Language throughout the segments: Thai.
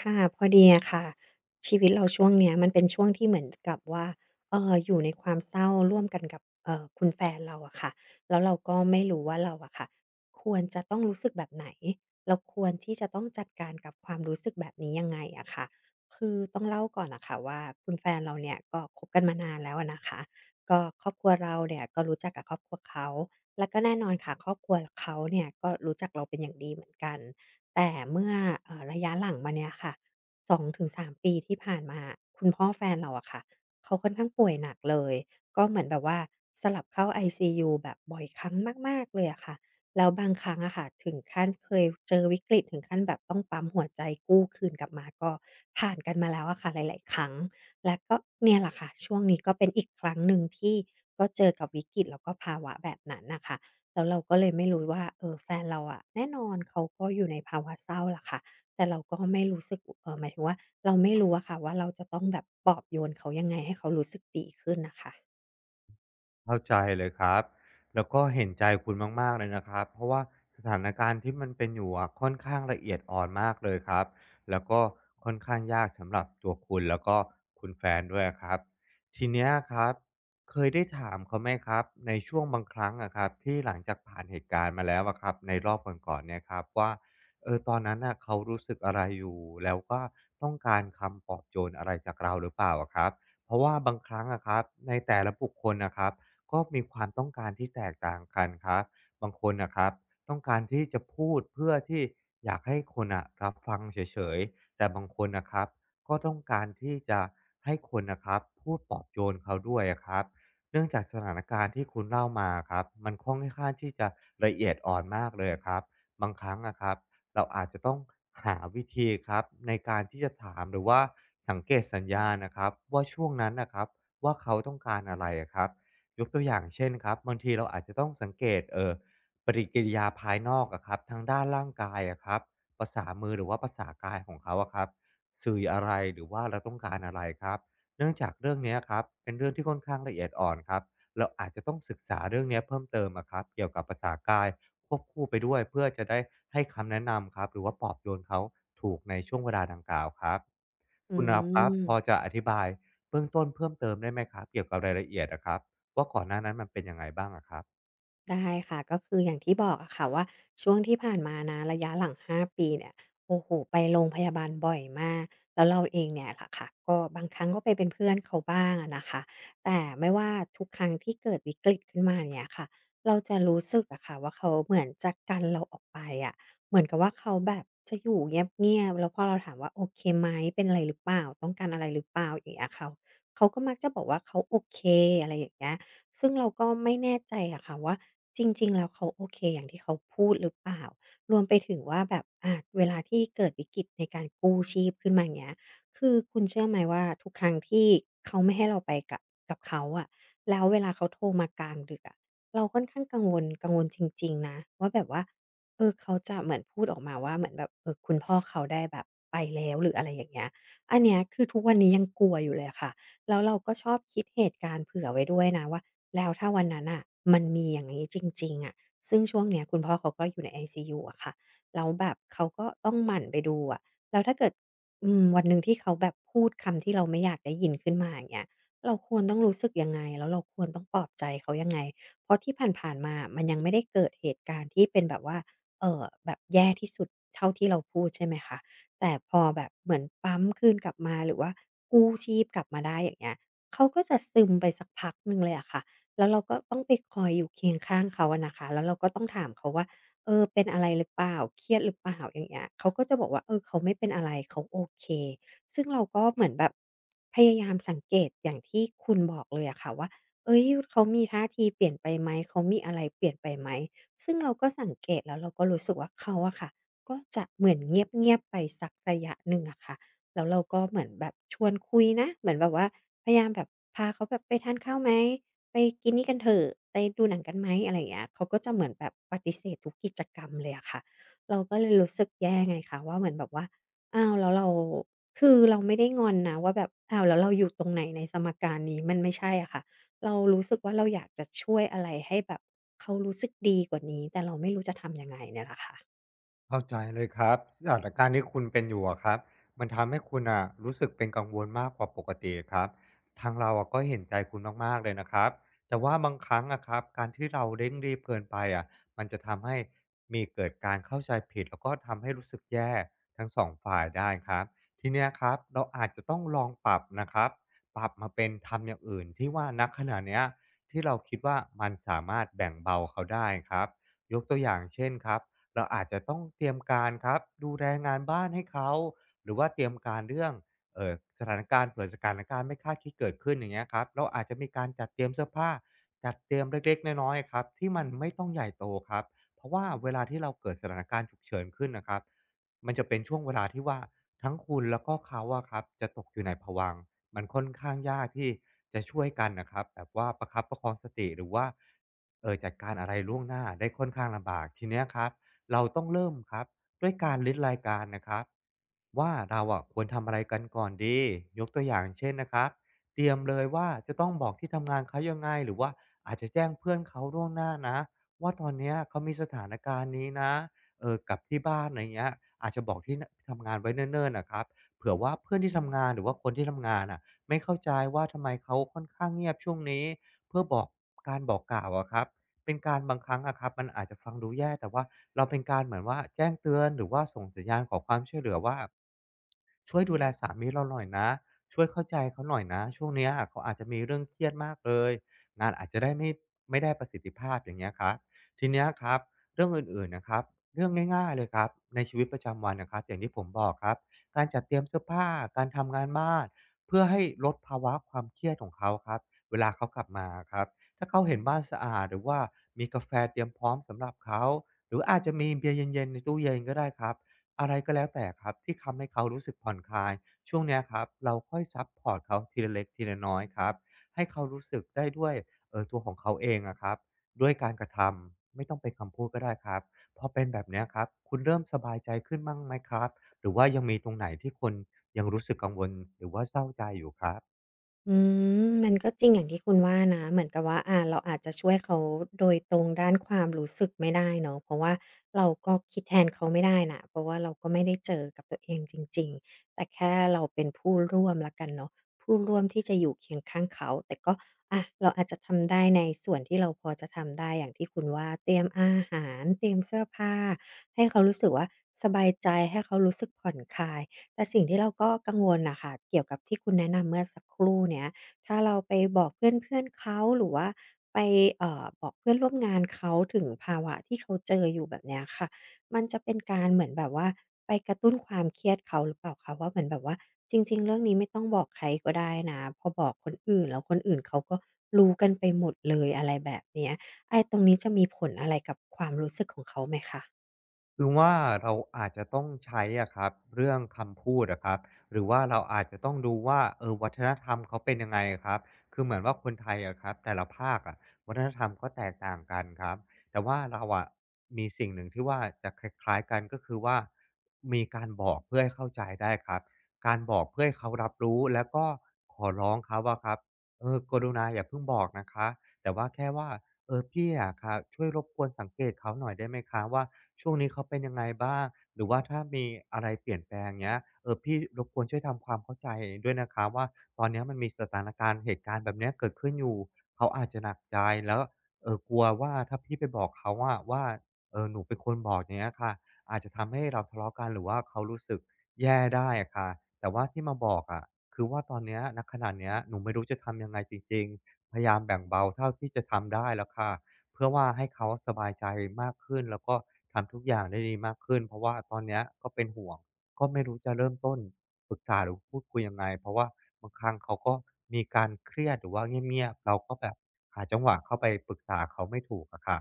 ค่ะพอดีอะค่ะชีวิตเราช่วงเนี้ยมันเป็นช่วงที่เหมือนกับว่าอยู่ในความเศร้าร่วมกันกับคุณแฟนเราอะค่ะแล้วเราก็ไม่รู้ว่าเราอะค่ะควรจะต้องรู้สึกแบบไหนเราควรที่จะต้องจัดการกับความรู้สึกแบบนี้ยังไงอะค่ะคือต้องเล่าก่อนอะค่ะว่าคุณแฟนเราเนี่ยก็คบกันมานานแล้วอะนะคะก็ครอบครัวเราเนี่ยก็รู้จักกับครอบครัวเขาแล้วก็แน่นอนค่ะครอบครัวเขาเนี่ยก็รู้จักเราเป็นอย่างดีเหมือนกัน แต่เมื่อระยะหลังมาเนี่ยค่ะสองถึงสามปีที่ผ่านมาคุณพ่อแฟนเราอะค่ะเขาค่อนข้างป่วยหนักเลยก็เหมือนแบบว่าสลับเข้าไอซียูแบบบ่อยครั้งมากๆเลยอะค่ะแล้วบางครั้งอะค่ะถึงขั้นเคยเจอวิกฤตถึงขั้นแบบต้องปั๊มหัวใจกู้คืนกลับมาก็ผ่านกันมาแล้วอะค่ะหลายๆครั้งและก็เนี่ยแหละค่ะช่วงนี้ก็เป็นอีกครั้งหนึ่งที่ก็เจอกับวิกฤตแล้วก็ภาวะแบบนั้นน่ะค่ะ แล้วเราก็เลยไม่รู้ว่าเออแฟนเราอะแน่นอนเขาก็อยู่ในภาวะเศร้าล่ะค่ะแต่เราก็ไม่รู้สึกหมายถึงว่าเราไม่รู้อะค่ะว่าเราจะต้องแบบปลอบโยนเขายังไงให้เขารู้สึกดีขึ้นน่ะค่ะเข้าใจเลยครับแล้วก็เห็นใจคุณมากๆเลยนะครับเพราะว่าสถานการณ์ที่มันเป็นอยู่อะค่อนข้างละเอียดอ่อนมากเลยครับแล้วก็ค่อนข้างยากสำหรับตัวคุณแล้วก็คุณแฟนด้วยอะครับ ทีเนี้ยครับเคยได้ถามเขาไหมครับในช่วงบางครั้งอะครับที่หลังจากผ่านเหตุการณ์มาแล้วอะครับในรอบก่อนๆเนี่ยครับว่าเออตอนนั้นน่ะเขารู้สึกอะไรอยู่แล้วก็ต้องการคำปลอบโยนอะไรจากเราหรือเปล่าอะครับเพราะว่าบางครั้งอะครับในแต่ละบุคคลน่ะครับ ก็มีความต้องการที่แตกต่างกันครับบางคนนะครับต้องการที่จะพูดเพื่อที่อยากให้คนอะรับฟังเฉยๆแต่บางคนนะครับก็ต้องการที่จะให้คนนะครับพูดปลอบโยนเขาด้วยอะครับเนื่องจากสถานการณ์ที่คุณเล่ามาครับมันค่อนข้างที่จะละเอียดอ่อนมากเลยครับบางครั้งนะครับเราอาจจะต้องหาวิธีครับในการที่จะถามหรือว่าสังเกตสัญญาณนะครับว่าช่วงนั้นนะครับว่าเขาต้องการอะไรอะครับ ยกตัวอย่างเช่นครับบางทีเราอาจจะต้องสังเกตปฏิกิริยาภายนอกอะครับทางด้านร่างกายอะครับภาษามือหรือว่าภาษากายของเขาอะครับสื่ออะไรหรือว่าเราต้องการอะไรครับเนื่องจากเรื่องเนี้ยครับเป็นเรื่องที่ค่อนข้างละเอียดอ่อนครับเราอาจจะต้องศึกษาเรื่องเนี้ยเพิ่มเติมอะครับเกี่ยวกับภาษากายควบคู่ไปด้วยเพื่อจะได้ให้คำแนะนำครับหรือว่าปลอบโยนเขาถูกในช่วงเวลาดังกล่าวครับอืคุณอครับพอม จะอธิบายเบื้องต้นเพิ่มเติมได้ไหมครับเกี่ยวกับรายละเอียดนะครับ ว่าก่อนหน้านั้นมันเป็นยังไงบ้างอะครับ ได้ค่ะก็คืออย่างที่บอกอะค่ะว่าช่วงที่ผ่านมานะระยะหลัง5ปีเนี่ยโอ้โฮไปโรงพยาบาลบ่อยมากแล้วเราเองเนี่ยแหละค่ะก็บางครั้งก็ไปเป็นเพื่อนเขาบ้างอะนะคะแต่ไม่ว่าทุกครั้งที่เกิดวิกฤตขึ้นมาเนี่ยค่ะเราจะรู้สึกอะค่ะว่าเขาเหมือนจะกันเราออกไปอะเหมือนกับว่าเขาแบบจะอยู่เงียบๆแล้วพอเราถามว่าโอเคไหมเป็นอะไรหรือเปล่าต้องการอะไรหรือเปล่าอย่างเงี้ยเขาก็มักจะบอกว่าเขาโอเคอะไรอย่างเงี้ย ซึ่งเราก็ไม่แน่ใจอะค่ะว่าจริงๆแล้วเขาโอเคอย่างที่เขาพูดหรือเปล่ารวมไปถึงว่าแบบอาเวลาที่เกิดวิกฤตในการกู้ชีพขึ้นมาอย่างเงี้ยคือคุณเชื่อไหมว่าทุกครั้งที่เขาไม่ให้เราไปกับกับเขาอะแล้วเวลาเขาโทรมากลางดึกอะเราค่อนข้างกังวลจริงๆนะว่าแบบว่าเออเขาจะเหมือนพูดออกมาว่าเหมือนแบบเออคุณพ่อเขาได้แบบไปแล้วหรืออะไรอย่างเงี้ยอันเนี้ยคือทุกวันนี้ยังกลัวอยู่เลยอะค่ะแล้วเราก็ชอบคิดเหตุการณ์เผื่อไว้ด้วยนะว่า แล้วถ้าวันนั้นน่ะมันมีอย่างงี้จริงๆอะซึ่งช่วงเนี้ยคุณพ่อเขาก็อยู่ใน ICU อะค่ะแล้วแบบเขาก็ต้องหมั่นไปดูอะแล้วถ้าเกิดอืมวันหนึ่งที่เขาแบบพูดคำที่เราไม่อยากได้ยินขึ้นมาอย่างเงี้ยเราควรต้องรู้สึกยังไงแล้วเราควรต้องปลอบใจเขายังไงเพราะที่ผ่านๆมาอะมันยังไม่ได้เกิดเหตุการณ์ที่เป็นแบบว่าแบบแย่ที่สุดเท่าที่เราพูดใช่ไหมคะแต่พอแบบเหมือนปั๊มคืนกลับมาหรือว่ากู้ชีพกลับมาได้อย่างเงี้ยเขาก็จะซึมไปสักพักหนึ่งเลยอะค่ะ แล้วเราก็ต้องไปคอยอยู่เคียงข้างเขาอะนะคะแล้วเราก็ต้องถามเขาว่าเออเป็นอะไรหรือเปล่าเครียดหรือเปล่าอย่างเงี้ยเขาก็จะบอกว่าเออเขาไม่เป็นอะไรเขาโอเคซึ่งเราก็เหมือนแบบพยายามสังเกตอย่างที่คุณบอกเลยอะค่ะว่าเฮ้ยเขามีท่าทีเปลี่ยนไปไหมเขามีอะไรเปลี่ยนไปไหมซึ่งเราก็สังเกตแล้วเราก็รู้สึกว่าเขาอะค่ะก็จะเหมือนเงียบๆไปสักระยะหนึ่งอะค่ะแล้วเราก็เหมือนแบบชวนคุยนะเหมือนแบบว่าพยายามแบบพาเขาแบบไปทานข้าวไหม ไปกินนี่กันเถอะไปดูหนังกันไหมอะไรอย่างเงี้ยเขาก็จะเหมือนแบบปฏิเสธทุกกิจกรรมเลยอะค่ะเราก็เลยรู้สึกแย่ไงคะว่าเหมือนแบบว่าอ้าวแล้วเราคือเราไม่ได้งอนนะว่าแบบอ้าวแล้วเราอยู่ตรงไหนในสมการนี้มันไม่ใช่อะค่ะเรารู้สึกว่าเราอยากจะช่วยอะไรให้แบบเขารู้สึกดีกว่านี้แต่เราไม่รู้จะทำยังไงเนี่ยแหละค่ะ เข้าใจเลยครับสถานการณ์ที่คุณเป็นอยู่อะครับมันทำให้คุณนะรู้สึกเป็นกังวลมากกว่าปกติครับทางเราอะก็เห็นใจคุณมากๆเลยนะครับแต่ว่าบางครั้งอะครับการที่เราเร่งรีบเกินไปอะมันจะทำให้มีเกิดการเข้าใจผิดแล้วก็ทำให้รู้สึกแย่ทั้งสองฝ่ายได้ครับทีเนี้ยครับเราอาจจะต้องลองปรับนะครับปรับมาเป็นทำอย่างอื่นที่ว่านักขณะเนี้ยที่เราคิดว่ามันสามารถแบ่งเบาเขาได้ครับยกตัวอย่างเช่นครับ เราอาจจะต้องเตรียมการครับดูแลงานบ้านให้เขาหรือว่าเตรียมการเรื่องเอ่อสถานการณ์เผื่อสถานการณ์ไม่คาดคิดเกิดขึ้นอย่างเงี้ยครับเราอาจจะมีการจัดเตรียมเสื้อผ้าจัดเตรียมเล็กๆน้อยๆอะครับที่มันไม่ต้องใหญ่โตครับเพราะว่าเวลาที่เราเกิดสถานการณ์ฉุกเฉินขึ้นน่ะครับมันจะเป็นช่วงเวลาที่ว่าทั้งคุณแล้วก็เขาอะครับจะตกอยู่ในภวังค์มันค่อนข้างยากที่จะช่วยกันน่ะครับแบบว่าประคับประคองสติหรือว่าจัดการอะไรล่วงหน้าได้ค่อนข้างลำบากทีเนี้ยครับ เราต้องเริ่มครับด้วยการลิสต์รายการนะครับว่าเราอะควรทำอะไรกันก่อนดียกตัวอย่างเช่นนะครับเตรียมเลยว่าจะต้องบอกที่ทำงานเขายังไงหรือว่าอาจจะแจ้งเพื่อนเขาล่วงหน้านะว่าตอนเนี้ยเขามีสถานการณ์นี้นะเออกลับที่บ้านอะไรเงี้ยอาจจะบอกที่ทำงานไว้เนิ่นๆนะครับเผื่อว่าเพื่อนที่ทำงานหรือว่าคนที่ทำงานอ่ะไม่เข้าใจว่าทำไมเขาค่อนข้างเงียบช่วงนี้เพื่อบอกการบอกกล่าวอะครับ เป็นการบางครั้งอะครับมันอาจจะฟังดูแย่แต่ว่าเราเป็นการเหมือนว่าแจ้งเตือนหรือว่าส่งสัญญาณขอความช่วยเหลือว่าช่วยดูแลสามีเราหน่อยนะช่วยเข้าใจเขาหน่อยนะช่วงเนี้ยเขาอาจจะมีเรื่องเครียดมากเลยงานอาจจะได้ไม่ได้ประสิทธิภาพอย่างเงี้ยครับทีเนี้ยครับเรื่องอื่นๆนะครับเรื่องง่ายๆเลยครับในชีวิตประจำวันนะครับอย่างที่ผมบอกครับการจัดเตรียมเสื้อผ้าการทำงานบ้านเพื่อให้ลดภาวะความเครียดของเขาครับเวลาเขากลับมาครับ ถ้าเขาเห็นบ้านสะอาดหรือว่ามีกาแฟเตรียมพร้อมสำหรับเขาหรืออาจจะมีเบียร์เย็นๆในตู้เย็นก็ได้ครับอะไรก็แล้วแต่ครับที่ทำให้เขารู้สึกผ่อนคลายช่วงเนี้ยครับเราค่อยซัปพอร์ตเขาทีละเล็กทีละน้อยครับให้เขารู้สึกได้ด้วยตัวของเขาเองอะครับด้วยการกระทำไม่ต้องเป็นคำพูดก็ได้ครับพอเป็นแบบเนี้ยครับคุณเริ่มสบายใจขึ้นบ้างไหมครับหรือว่ายังมีตรงไหนที่คุณยังรู้สึกกังวลหรือว่าเศร้าใจอยู่ครับ อืมมันก็จริงอย่างที่คุณว่านะเหมือนกับว่าเราอาจจะช่วยเขาโดยตรงด้านความรู้สึกไม่ได้เนาะเพราะว่าเราก็คิดแทนเขาไม่ได้น่ะเพราะว่าเราก็ไม่ได้เจอกับตัวเองจริงๆแต่แค่เราเป็นผู้ร่วมแล้วกันเนาะผู้ร่วมที่จะอยู่เคียงข้างเขาแต่ก็เราอาจจะทำได้ในส่วนที่เราพอจะทำได้อย่างที่คุณว่าเตรียมอาหารเตรียมเสื้อผ้าให้เขารู้สึกว่าสบายใจให้เขารู้สึกผ่อนคลาย แต่สิ่งที่เราก็กังวลน่ะค่ะเกี่ยวกับที่คุณแนะนำเมื่อสักครู่เนี้ยถ้าเราไปบอกเพื่อนๆเขาหรือว่าไปบอกเพื่อนร่วมงานเขาถึงภาวะที่เขาเจออยู่แบบเนี้ยค่ะมันจะเป็นการเหมือนแบบว่าไปกระตุ้นความเครียดเขาหรือเปล่าคะว่าเหมือนแบบว่าจริงๆเรื่องนี้ไม่ต้องบอกใครก็ได้นะพอบอกคนอื่นแล้วคนอื่นเขาก็รู้กันไปหมดเลยอะไรแบบเนี้ยไอ้ตรงนี้จะมีผลอะไรกับความรู้สึกของเขาไหมคะคือว่าเราอาจจะต้องใช้อะครับเรื่องคำพูดอะครับหรือว่าเราอาจจะต้องดูว่าเออวัฒนธรรมเขาเป็นยังไงอะครับคือเหมือนว่าคนไทยอะครับแต่ละภาคอะวัฒนธรรมก็แตกต่างกันครับแต่ว่าเราอะมีสิ่งหนึ่งที่ว่าจะคล้ายๆกันก็คือว่ามีการบอกเพื่อให้เข้าใจได้ครับการบอกเพื่อให้เขารับรู้แล้วก็ขอร้องเขาอะครับเออกรุณาอย่าเพิ่งบอกนะคะแต่ว่าแค่ว่า เออพี่อะครับช่วยรบกวนสังเกตเขาหน่อยได้ไหมคะว่าช่วงนี้เขาเป็นยังไงบ้างหรือว่าถ้ามีอะไรเปลี่ยนแปลงเงี้ยเออพี่รบกวนช่วยทำความเข้าใจด้วยนะคะว่าตอนเนี้ยมันมีสถานการณ์เหตุการณ์แบบเนี้ยเกิดขึ้นอยู่เขาอาจจะหนักใจแล้วกลัวว่าถ้าพี่ไปบอกเขาอะว่าหนูเป็นคนบอกอย่างเงี้ยค่ะอาจจะทำให้เราทะเลาะกันหรือว่าเขารู้สึกแย่ได้อะค่ะแต่ว่าที่มาบอกอะคือว่าตอนเนี้ยณขณะเนี้ยหนูไม่รู้จะทำยังไงจริงๆ พยายามแบ่งเบาเท่าที่จะทำได้แล้วค่ะเพื่อว่าให้เขาสบายใจมากขึ้นแล้วก็ทำทุกอย่างได้ดีมากขึ้นเพราะว่าตอนเนี้ยก็เป็นห่วงก็ไม่รู้จะเริ่มต้นปรึกษาหรือพูดคุยยังไงเพราะว่าบางครั้งเขาก็มีการเครียดหรือว่าเงียบๆเราก็แบบหาจังหวะเข้าไปปรึกษาเขาไม่ถูกอะค่ะ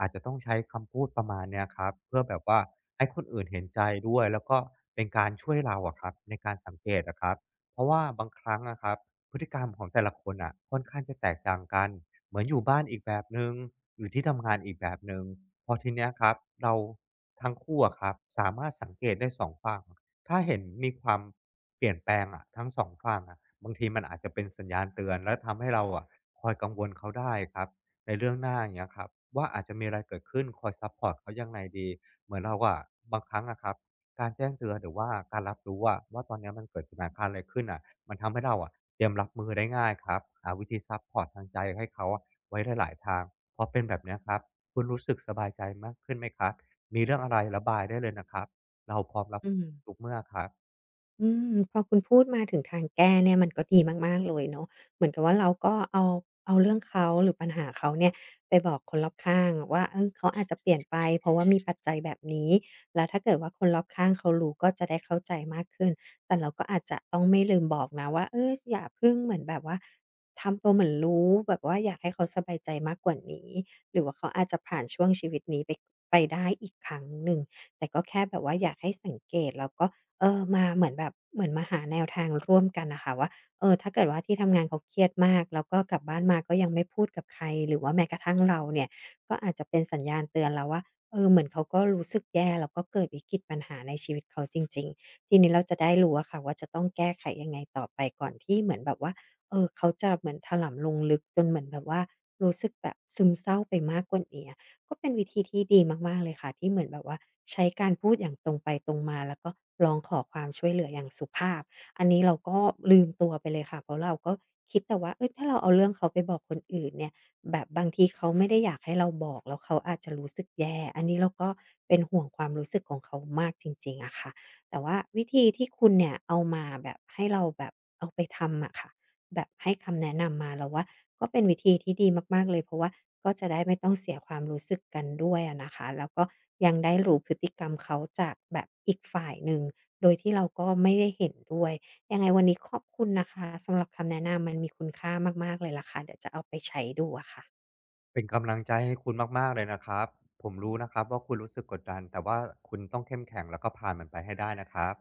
อาจจะต้องใช้คำพูดประมาณเนี้ยครับเพื่อแบบว่าให้คนอื่นเห็นใจด้วยแล้วก็เป็นการช่วยเราอะครับในการสังเกตอะครับเพราะว่าบางครั้งอะครับ พฤติกรรมของแต่ละคนอะค่อนข้างจะแตกต่างกันเหมือนอยู่บ้านอีกแบบหนึ่งอยู่ที่ทำงานอีกแบบหนึ่งพอทีเนี้ยครับเราทั้งคู่อะครับสามารถสังเกตได้สองฝั่งถ้าเห็นมีความเปลี่ยนแปลงอะทั้ง2ฝั่งอะบางทีมันอาจจะเป็นสัญญาณเตือนและทำให้เราอะคอยกังวลเขาได้ครับในเรื่องหน้าอย่างเงี้ยครับว่าอาจจะมีอะไรเกิดขึ้นคอยซัปพอร์ตเขายังไงดีเหมือนเราอะบางครั้งอะครับ การแจ้งเตือนหรือว่าการรับรู้อะว่าตอนเนี้ยมันเกิดสถานการณ์อะไรขึ้นอ่ะมันทำให้เราอะเตรียมรับมือได้ง่ายครับหาวิธีซัปพอร์ตทางใจให้เขาอะไว้ได้หลายทางพอเป็นแบบเนี้ยครับคุณรู้สึกสบายใจมากขึ้นไหมครับมีเรื่องอะไรระบายได้เลยนะครับเราพร้อมรับอืม ทุกเมื่อครับอืม พอคุณพูดมาถึงทางแก้เนี่ยมันก็ดีมากๆเลยเนาะเหมือนกับว่าเราก็เอาเรื่องเขาหรือปัญหาเขาเนี่ยไปบอกคนรอบข้างว่าเออเขาอาจจะเปลี่ยนไปเพราะว่ามีปัจจัยแบบนี้ แล้วถ้าเกิดว่าคนรอบข้างเขารู้ก็จะได้เข้าใจมากขึ้นแต่เราก็อาจจะต้องไม่ลืมบอกนะว่าเอออย่าเพิ่งเหมือนแบบว่าทำตัวเหมือนรู้แบบว่าอยากให้เขาสบายใจมากกว่านี้หรือว่าเขาอาจจะผ่านช่วงชีวิตนี้ไปได้อีกครั้งหนึ่งแต่ก็แค่แบบว่าอยากให้สังเกตแล้วก็ เออมาเหมือนแบบเหมือนมาหาแนวทางร่วมกันนะคะว่าเออถ้าเกิดว่าที่ทำงานเขาเครียดมากแล้วก็กลับบ้านมาก็ยังไม่พูดกับใครหรือว่าแม้กระทั่งเราเนี่ยก็อาจจะเป็นสัญญาณเตือนเราว่าเออเหมือนเขาก็รู้สึกแย่แล้วก็เกิดวิกฤตปัญหาในชีวิตเขาจริงๆทีนี้เราจะได้รู้อะค่ะว่าจะต้องแก้ไขยังไงต่อไปก่อนที่เหมือนแบบว่าเออเขาจะเหมือนถลำลงลึกจนเหมือนแบบว่ารู้สึกแบบซึมเศร้าไปมากกว่านี้อะ ก็เป็นวิธีที่ดีมากๆเลยค่ะที่เหมือนแบบว่าใช้การพูดอย่างตรงไปตรงมาแล้วก็ร้องขอความช่วยเหลืออย่างสุภาพอันนี้เราก็ลืมตัวไปเลยค่ะเพราะเราก็คิดแต่ว่าเฮ้ยถ้าเราเอาเรื่องเขาไปบอกคนอื่นเนี่ยแบบบางทีเขาไม่ได้อยากให้เราบอกแล้วเขาอาจจะรู้สึกแย่อันนี้เราก็เป็นห่วงความรู้สึกของเขามากจริงๆอะค่ะแต่ว่าวิธีที่คุณเนี่ยเอามาแบบให้เราแบบเอาไปทำอะค่ะ แบบให้คำแนะนำมาเราว่าก็เป็นวิธีที่ดีมากๆเลยเพราะว่าก็จะได้ไม่ต้องเสียความรู้สึกกันด้วยอะนะคะแล้วก็ยังได้รู้พฤติกรรมเขาจากแบบอีกฝ่ายหนึ่งโดยที่เราก็ไม่ได้เห็นด้วยยังไงวันนี้ขอบคุณนะคะสำหรับคำแนะนำมันมีคุณค่ามากๆเลยล่ะค่ะเดี๋ยวจะเอาไปใช้ดูอะค่ะเป็นกำลังใจให้คุณมากๆเลยนะครับผมรู้นะครับว่าคุณรู้สึกกดดันแต่ว่าคุณต้องเข้มแข็งแล้วก็ผ่านมันไปให้ได้นะครับ